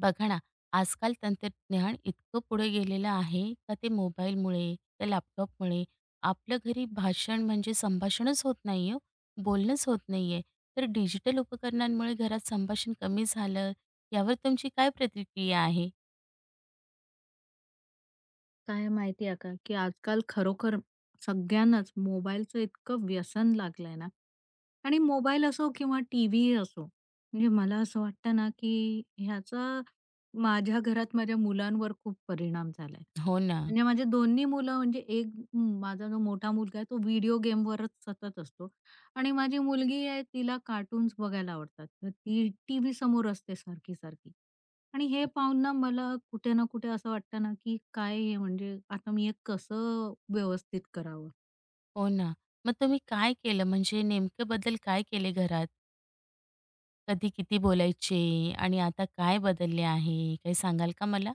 बघा ना, आजकाल तंत्रज्ञान इतकं पुढे गेलेलं आहे का ते मोबाईलमुळे, त्या लॅपटॉपमुळे आपलं घरी भाषण म्हणजे संभाषणच होत नाही हो, बोलणंच होत नाही आहे. तर डिजिटल उपकरणांमुळे घरात संभाषण कमी झालं, यावर तुमची काय प्रतिक्रिया आहे? काय आहे माहिती आहे का, की आजकाल खरोखर सगळ्यांनाच मोबाईलचं इतकं व्यसन लागलंय ना आणि मोबाईल असो किंवा टीव्ही असो, म्हणजे मला असं वाटतं ना, की ह्याचा माझ्या घरात माझ्या मुलांवर खूप परिणाम झालाय. हो ना, म्हणजे माझे दोन्ही मुलं म्हणजे एक माझा जो मोठा मुलगा आहे तो व्हिडिओ गेमवरच सतत असतो आणि माझी मुलगी आहे तिला कार्टून्स बघायला आवडतात. तर ती टीव्ही समोर असते सारखी-सारखी. आणि हे पाहून ना मला कुठे ना कुठे असं वाटतं ना, की काय हे म्हणजे आता मी हे कसं व्यवस्थित करावं? हो ना. मग तुम्ही काय केलं? म्हणजे नेमकं बदल काय केले घरात? कधी किती बोलायचे आणि आता काय बदलले आहे? काही सांगाल का मला?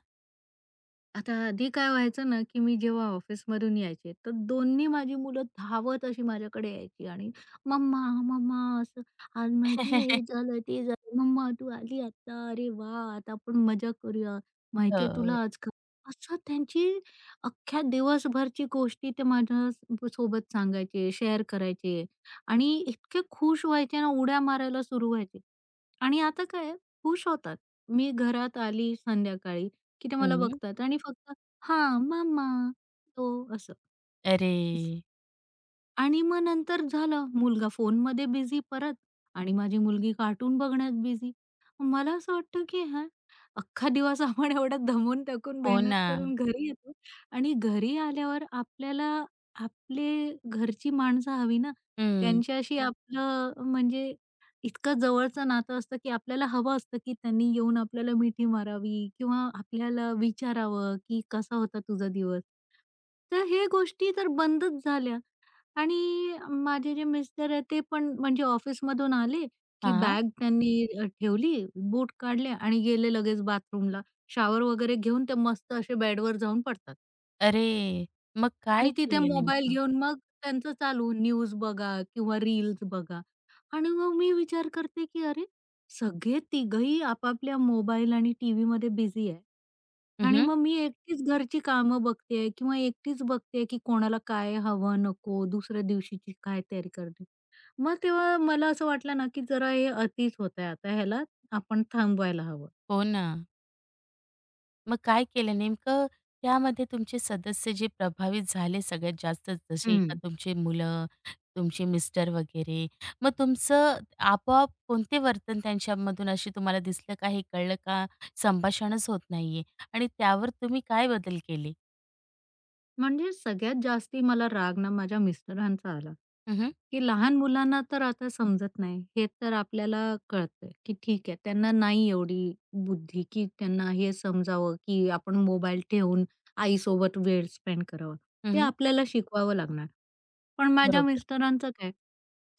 आता आधी काय व्हायचं ना, की मी जेव्हा ऑफिसमधून यायचे, तर दोन्ही माझी मुलं धावत अशी माझ्याकडे यायची आणि "मम्मा, मम्मा" असं, "आज माहिती आहे हे झालं, ते झालं. मम्मा तू आली आता. अरे वाह! आता आपण मजा करूया. माहिती तुला हो. आज का" असं त्यांची अख्ख्या दिवसभरची गोष्टी ते माझ्या सोबत सांगायचे, शेअर करायचे आणि इतके खुश व्हायचे ना, उड्या मारायला सुरू व्हायचे. आणि आता काय खुश होतात. मी घरात आली संध्याकाळी की ते मला हं. बघतात आणि फक्त हां, मम्मा, तो असं. अरे! आणि मग नंतर झालं, मुलगा फोनमध्ये बिझी परत आणि माझी मुलगी कार्टून बघण्यात बिझी. मला असं वाटतं, की हा अख्खा दिवस आपण एवढा दमून टाकून हो मेहनत ना. करून घरी येतो आणि घरी आल्यावर आपल्याला आपले घरची माणसं हवी ना, हं. त्यांच्याशी आपलं म्हणजे इतकं जवळचं नातं असतं, की आपल्याला हवं असतं, की त्यांनी येऊन आपल्याला मिठी मारावी किंवा आपल्याला विचारावं, की "कसा होता तुझा दिवस?" तर हे गोष्टी तर बंदच झाल्या. आणि माझे जे मिस्टर आहेत ते पण म्हणजे ऑफिसमधून आले, की हां. बॅग त्यांनी ठेवली, बूट काढले आणि गेले लगेच बाथरूमला. शॉवर वगैरे घेऊन ते मस्त असे बेडवर जाऊन पडतात अरे! मग काय आणि तिथे केलं मोबाईल नेमकं? घेऊन मग त्यांचं चालू न्यूज बघा किंवा रील्स बघा. आणि मग मी विचार करते, की अरे, सगळे तिघंही आपापल्या मोबाईल आणि टीव्हीमध्ये बिझी आहे. हं, आणि हं. मग मी एकटीच घरची कामं बघतेय किंवा एकटीच बघतेय, की कोणाला काय हवं, नको, दुसऱ्या दिवशीची काय तयारी करते. मग तेव्हा मला असं वाटलं ना, की जरा हे अतिच होतंय आता ह्याला आपण थांबवायला हवं. हो ना. मग काय केलं नेमकं? त्यामध्ये तुमचे सदस्य जे प्रभावित झाले सगळ्यात जास्त जसे का तुमची मुलं, तुमचे मिस्टर वगैरे. मग तुमचं आपोआप कोणते वर्तन त्यांच्यामधून अशी तुम्हाला दिसलं का? हे कळलं का? संभाषणच होत नाहीये आणि त्यावर तुम्ही काय बदल केले? म्हणजे सगळ्यात जास्ती मला राग ना माझ्या मिस्टरांचा आला, हं, हं. की लहान मुलांना तर आता समजत नाही. हे तर आपल्याला कळतंय, की ठीक आहे त्यांना नाही एवढी बुद्धी, की त्यांना हे समजावं, की आपण मोबाईल ठेवून आईसोबत वेळ स्पेंड करावा. हं, ते हं. आपल्याला शिकवावं लागणार. पण माझ्या बरोबर. मिस्टरांचं काय?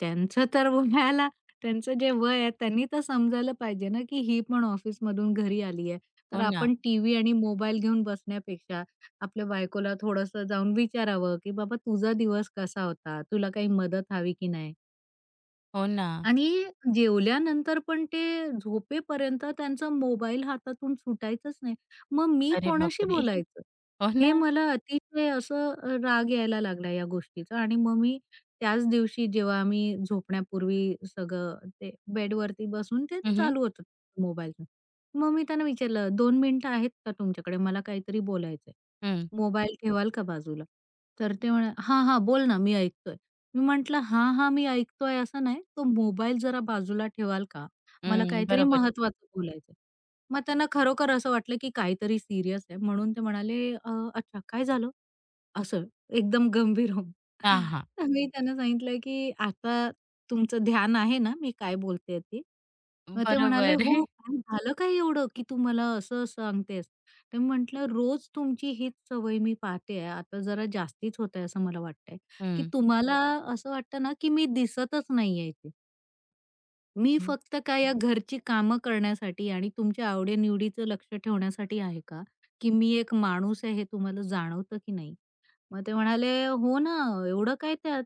त्यांचं तर वयाला त्यांचं जे वय आहे त्यांनी तर समजायला पाहिजे ना, की ही पण ऑफिसमधून घरी आली आहे. तर हो ना. आपण टीव्ही आणि मोबाईल घेऊन बसण्यापेक्षा आपल्या बायकोला थोडंसं जाऊन विचारावं, की "बाबा तुझा दिवस कसा होता? तुला काही मदत हवी की नाही?" हो ना. आणि जेवल्यानंतर पण ते झोपेपर्यंत त्यांचा मोबाईल हातातून सुटायचाच नाही. मग मी अरे कोणाशी बापरे! बोलायचं? हो हे ना. मला अतिशय असं राग यायला लागला या गोष्टीचा आणि मग मी त्याच दिवशी जेव्हा आम्ही झोपण्यापूर्वी सगळं ते बेडवरती बसून ते हं, हं. चालू होतं मोबाईलचं. मग मी त्यांना विचारलं, "2 मिनिटं आहेत का तुमच्याकडे? मला काहीतरी बोलायचंय. हं. मोबाईल ठेवाल का बाजूला?" तर ते म्हणाले, "हां, हां, बोल ना, मी ऐकतोय." मी म्हटलं, "हां, हां, मी ऐकतोय" असं नाही. "तो मोबाईल जरा बाजूला ठेवाल का? मला हं. काहीतरी बरोबर आहे. महत्त्वाचं बोलायचं आहे." मग त्यांना खरोखर असं वाटलं, की काहीतरी सीरियस आहे म्हणून ते म्हणाले, अच्छा काय झालं?" असं एकदम गंभीर होऊन. हां, हां. तर मी त्यांना सांगितलं, की "आता तुमचं ध्यान आहे ना, मी काय बोलतेय ते?" मग ते म्हणाले, बरोबर. "हो, काय झालं काय एवढं, की तू मला असं सांगतेस?" तर मी म्हटलं, "रोज तुमची हीच सवय मी पाहते आहे. आता जरा जास्तीच होत आहे असं मला वाटतंय, की हं. तुम्हाला असं वाटतं ना, की मी दिसतच नाहीये इथे." मी फक्त काय या घरची कामं करण्यासाठी आणि तुमच्या आवडीनिवडीचं लक्ष ठेवण्यासाठी आहे का? की मी एक माणूस आहे हे तुम्हाला जाणवतं की नाही? मग ते म्हणाले, "हो ना, एवढं काय त्यात?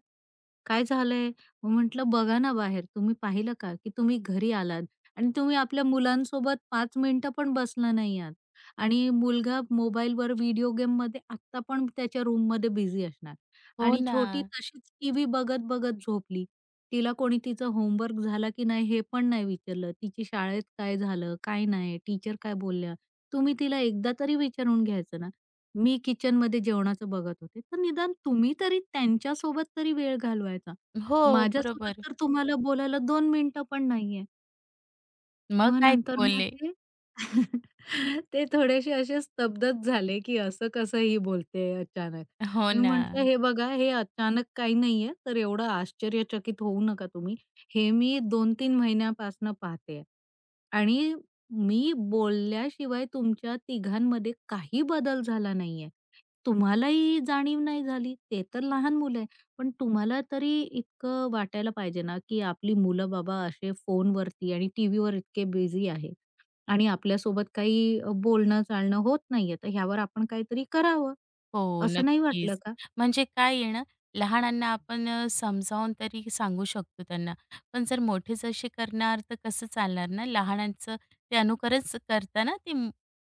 काय झालंय?" मग म्हटलं, "बघा ना बाहेर, तुम्ही पाहिलं का की तुम्ही घरी आलात आणि तुम्ही आपल्या मुलांसोबत 5 मिनिटं पण बसला नाही आहात आणि मुलगा मोबाईलवर व्हिडिओ गेममध्ये आत्ता पण त्याच्या रूममध्ये बिझी असणार हो आणि ना. छोटी तशीच टीव्ही बघत-बघत झोपली. तिला कोणी तिचं होमवर्क झाला की नाही हे पण नाही विचारलं. तिची शाळेत काय झालं, काय नाही, टीचर काय बोलल्या. तुम्ही तिला एकदा तरी विचारून घ्यायचं ना. मी किचनमध्ये जेवणाचं बघत होते, तर निदान तुम्ही तरी त्यांच्यासोबत तरी वेळ घालवायचा. हो, माझ्यासोबत बरोबर. तर तुम्हाला बोलायला 2 मिनिटं पण नाहीये. मग मग काय नंतर मग बोलले? ते ते थोडेसे असे स्तब्धच झाले, की असं कसं ही बोलते अचानक. हो मी ना. म्हटलं, "हे बघा, हे अचानक काही नाहीये, तर एवढं आश्चर्यचकित होऊ नका तुम्ही. हे मी 2-3 महिन्यापासून पाहतेय आणि मी बोलल्याशिवाय तुमच्या तिघांमध्ये काही बदल झाला नाहीये. तुम्हालाही जाणीव नाही झाली. ते तर लहान मुलं आहे." पण तुम्हाला तरी इतकं वाटायला पाहिजे ना, की आपली मुलं बाबा असे फोनवरती आणि टीव्हीवर इतके बिझी आहे आणि आपल्यासोबत काही बोलणं-चालणं होत नाहीये, तर ह्यावर आपण काहीतरी करावं. हो, असं नाही वाटलं नक्कीच. का? म्हणजे काय आहे ना, लहानांना आपण समजावून तरी सांगू शकतो त्यांना. पण जर मोठेच असे करणार तर कसं चालणार ना, लहानांचं ते अनुकरणच करता ना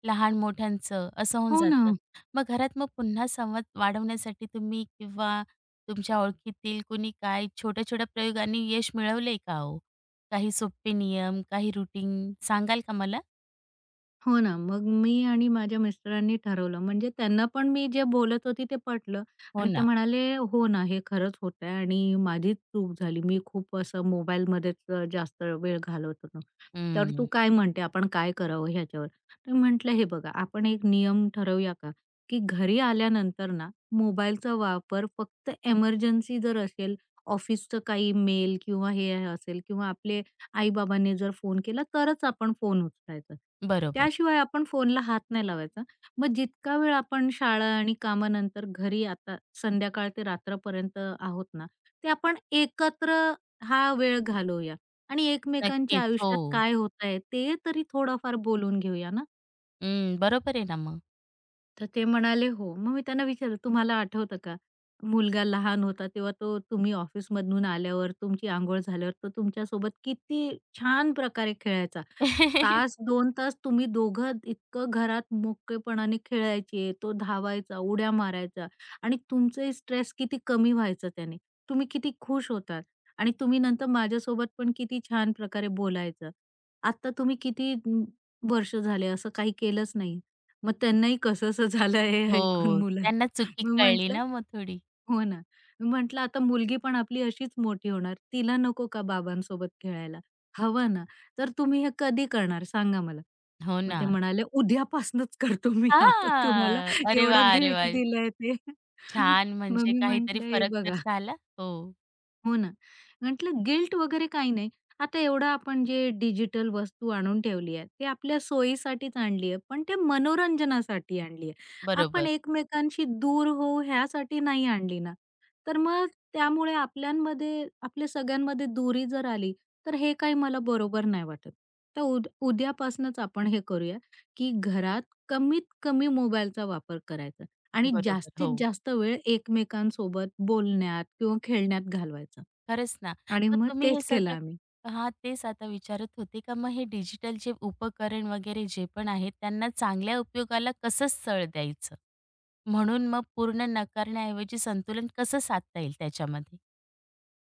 लहान मोठ्यांचं, असं होऊन हो ना. जातं. मग घरात पुन्हा संवाद वाढवण्यासाठी तुम्ही किंवा तुमच्या ओळखीतील कोणी काय छोट्या-छोट्या प्रयोगांनी यश मिळवलंय का हो? काही सोपे नियम, काही रुटीन सांगाल का मला? हो ना. मग मी आणि माझ्या मिस्टरांनी ठरवलं. म्हणजे त्यांना पण मी जे बोलत होती ते पटलं हो आणि ते ना. म्हणाले, "हो ना, हे खरंच होतं आहे आणि माझीच चूक झाली. मी खूप असं मोबाईलमध्येच जास्त वेळ घालवत होतो. तर तू हं, काय म्हणते, आपण काय करावं ह्याच्यावर?" तर मी म्हटलं, "हे बघा, आपण एक नियम ठरवूया का, की घरी आल्यानंतर ना मोबाईलचा वापर फक्त एमर्जन्सी जर असेल, ऑफिसचं काही मेल किंवा हे असेल किंवा आपले आई-बाबांनी जर फोन केला तरच आपण फोन उचलायचा. बरोबर. त्याशिवाय आपण फोनला हात नाही लावायचा. मग जितका वेळ आपण शाळा आणि कामानंतर घरी आता संध्याकाळ ते रात्रपर्यंत आहोत ना, ते आपण एकत्र हा वेळ घालवूया आणि एकमेकांच्या नक्कीच. हो. आयुष्यात काय होत आहे ते तरी थोडंफार बोलून घेऊया ना. हं, बरोबर आहे ना मग. तर ते म्हणाले, "हो." मग मी त्यांना विचारलं, "तुम्हाला आठवतं का? मुलगा लहान होता तेव्हा तो तुम्ही ऑफिसमधून आल्यावर, तुमची अंघोळ झाल्यावर तो तुमच्यासोबत किती छान प्रकारे खेळायचा. तास दोन तास तुम्ही दोघं इतकं घरात मोकळेपणाने खेळायचे. तो धावायचा, उड्या मारायचा आणि तुमचंही स्ट्रेस किती कमी व्हायचा त्याने. तुम्ही किती खुश होतात आणि तुम्ही नंतर माझ्यासोबत पण किती छान प्रकारे बोलायचं. आत्ता तुम्ही किती वर्ष झाले असं काही केलंच नाही. मग त्यांनाही कसंसं झालं हे हो, ऐकून त्यांना मुलांना. चुकी मी कळली म्हटलं ना मग थोडी. हो ना. मी म्हटलं आता मुलगी पण आपली अशीच मोठी होणार. तिला नको का बाबांसोबत खेळायला? हवं ना. तर तुम्ही हे कधी करणार सांगा मला? हो मग ना. ते म्हणाले, "उद्यापासनंच करतो मी आता तुम्हाला हां. अरे वा, एवढं अरे गिल्ट वाह! दिलंय ते." छान मग म्हणजे मी काहीतरी म्हटलं, "हे फरक तर बघा." झाला. हो, हो ना. म्हटलं गिल्ट वगैरे काही नाही. आता एवढं आपण जे डिजिटल वस्तू आणून ठेवली आहे, ती आपल्या सोयीसाठीच आणली आहे, पण ते मनोरंजनासाठी आणली आहे. आपण बरोबर, एकमेकांशी दूर होऊ ह्यासाठी नाही आणली ना. तर मग त्यामुळे आपल्यामध्ये आपल्या सगळ्यांमध्ये दूरी जर आली, तर हे काही मला बरोबर नाही वाटत. तर उद्यापासूनच आपण हे करूया, की घरात कमीत कमी मोबाईलचा वापर करायचा. आणि बरोबर. जास्तीत हो, जास्त वेळ एकमेकांसोबत बोलण्यात किंवा खेळण्यात घालवायचा खरंच ना. आणि मग मग तुम्ही हे तेच केलं सगळं आम्ही. हां, तेच आता विचारत होते का मग हे डिजिटल जे उपकरण वगैरे जे पण आहेत त्यांना चांगल्या उपयोगाला कसं सळ द्यायचं? म्हणून मग पूर्ण नाकारण्याऐवजी संतुलन कसं साधता येईल त्याच्यामध्ये?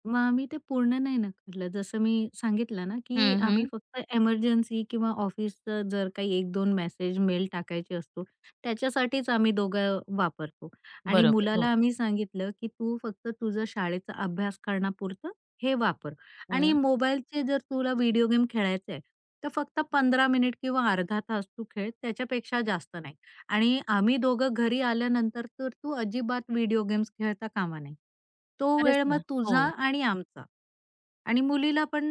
मग आम्ही ते पूर्ण नाही नकारलं. जसं मी सांगितलं ना, की हं, आम्ही हं. फक्त एमर्जन्सी किंवा ऑफिसचं जर काही 1-2 मेसेज, मेल टाकायचे असतो, त्याच्यासाठीच आम्ही दोघं वापरतो. आणि बरोबर. मुलाला हो. आम्ही सांगितलं, की "तू फक्त तुझा शाळेचा अभ्यास करण्यापुरतं हे वापर आणि हं. मोबाईलचे जर तुला व्हिडिओ गेम खेळायचे आहे, तर फक्त 15 मिनिट किंवा अर्धा तास तू खेळ, त्याच्यापेक्षा जास्त नाही." आणि आम्ही दोघं घरी आल्यानंतर तर तू अजिबात व्हिडिओ गेम्स खेळता कामा नाही. तो खरंच वेळ मग ना. हो. तुझा आणि आमचा. आणि मुलीला पण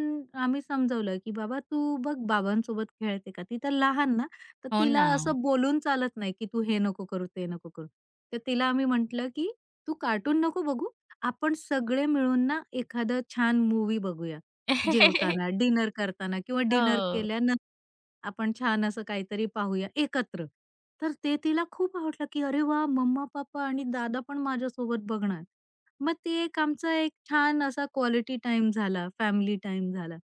आम्ही समजवलं, की "बाबा तू बघ बाबांसोबत खेळते का?" ती तर लहान ना, तर हो तिला ना. असं बोलून चालत नाही, की "तू हे नको करू, ते नको करू." तर तिला आम्ही म्हटलं, की "तू कार्टून नको बघू. आपण सगळे मिळून ना एखादं छान मूव्ही बघूया. जेवताना, डिनर करताना किंवा डिनर हो. केल्यानंतर आपण छान असं काहीतरी पाहूया एकत्र." तर ते तिला खूप आवडलं, की "अरे वा, मम्मा-पप्पा आणि दादा पण माझ्यासोबत बघणार." मग ते एक आमचा एक छान असा क्वालिटी टाइम झाला, फॅमिली टाइम झाला.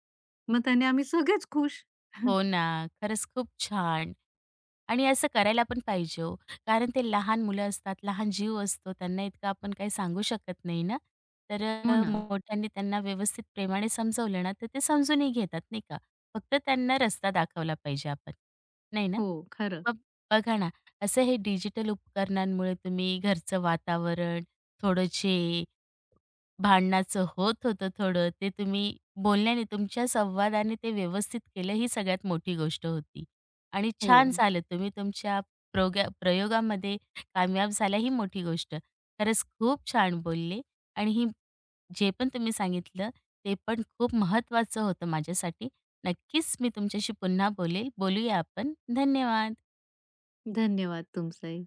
मग त्याने आम्ही सगळेच खुश. हो ना. खरंच खूप छान. आणि असं करायला पण पाहिजे हो. कारण ते लहान मुलं असतात, लहान जीव असतो. त्यांना इतकं आपण काही सांगू शकत नाही ना. तर हो ना. मोठ्यांनी त्यांना व्यवस्थित प्रेमाने समजवलं ना, तर ते समजूनही घेतात नाही का. फक्त त्यांना रस्ता दाखवला पाहिजे आपण, नाही ना? हो, खरं. मग बघा ना, असं हे डिजिटल उपकरणांमुळे तुम्ही घरचं वातावरण, थोडं जे भांडणाचं होत होतं थोडं, ते तुम्ही बोलण्याने, तुमच्या संवादाने ते व्यवस्थित केलं, ही सगळ्यात मोठी गोष्ट होती. आणि हो. छान झालं तुम्ही तुमच्या प्रयोगामध्ये कामयाब झाला, ही मोठी गोष्ट. खरंच खूप छान बोलले आणि ही जे पण तुम्ही सांगितलं, ते पण खूप महत्त्वाचं होतं माझ्यासाठी. नक्कीच मी तुमच्याशी पुन्हा बोलेल. बोलूया आपण. धन्यवाद. धन्यवाद तुमचंही.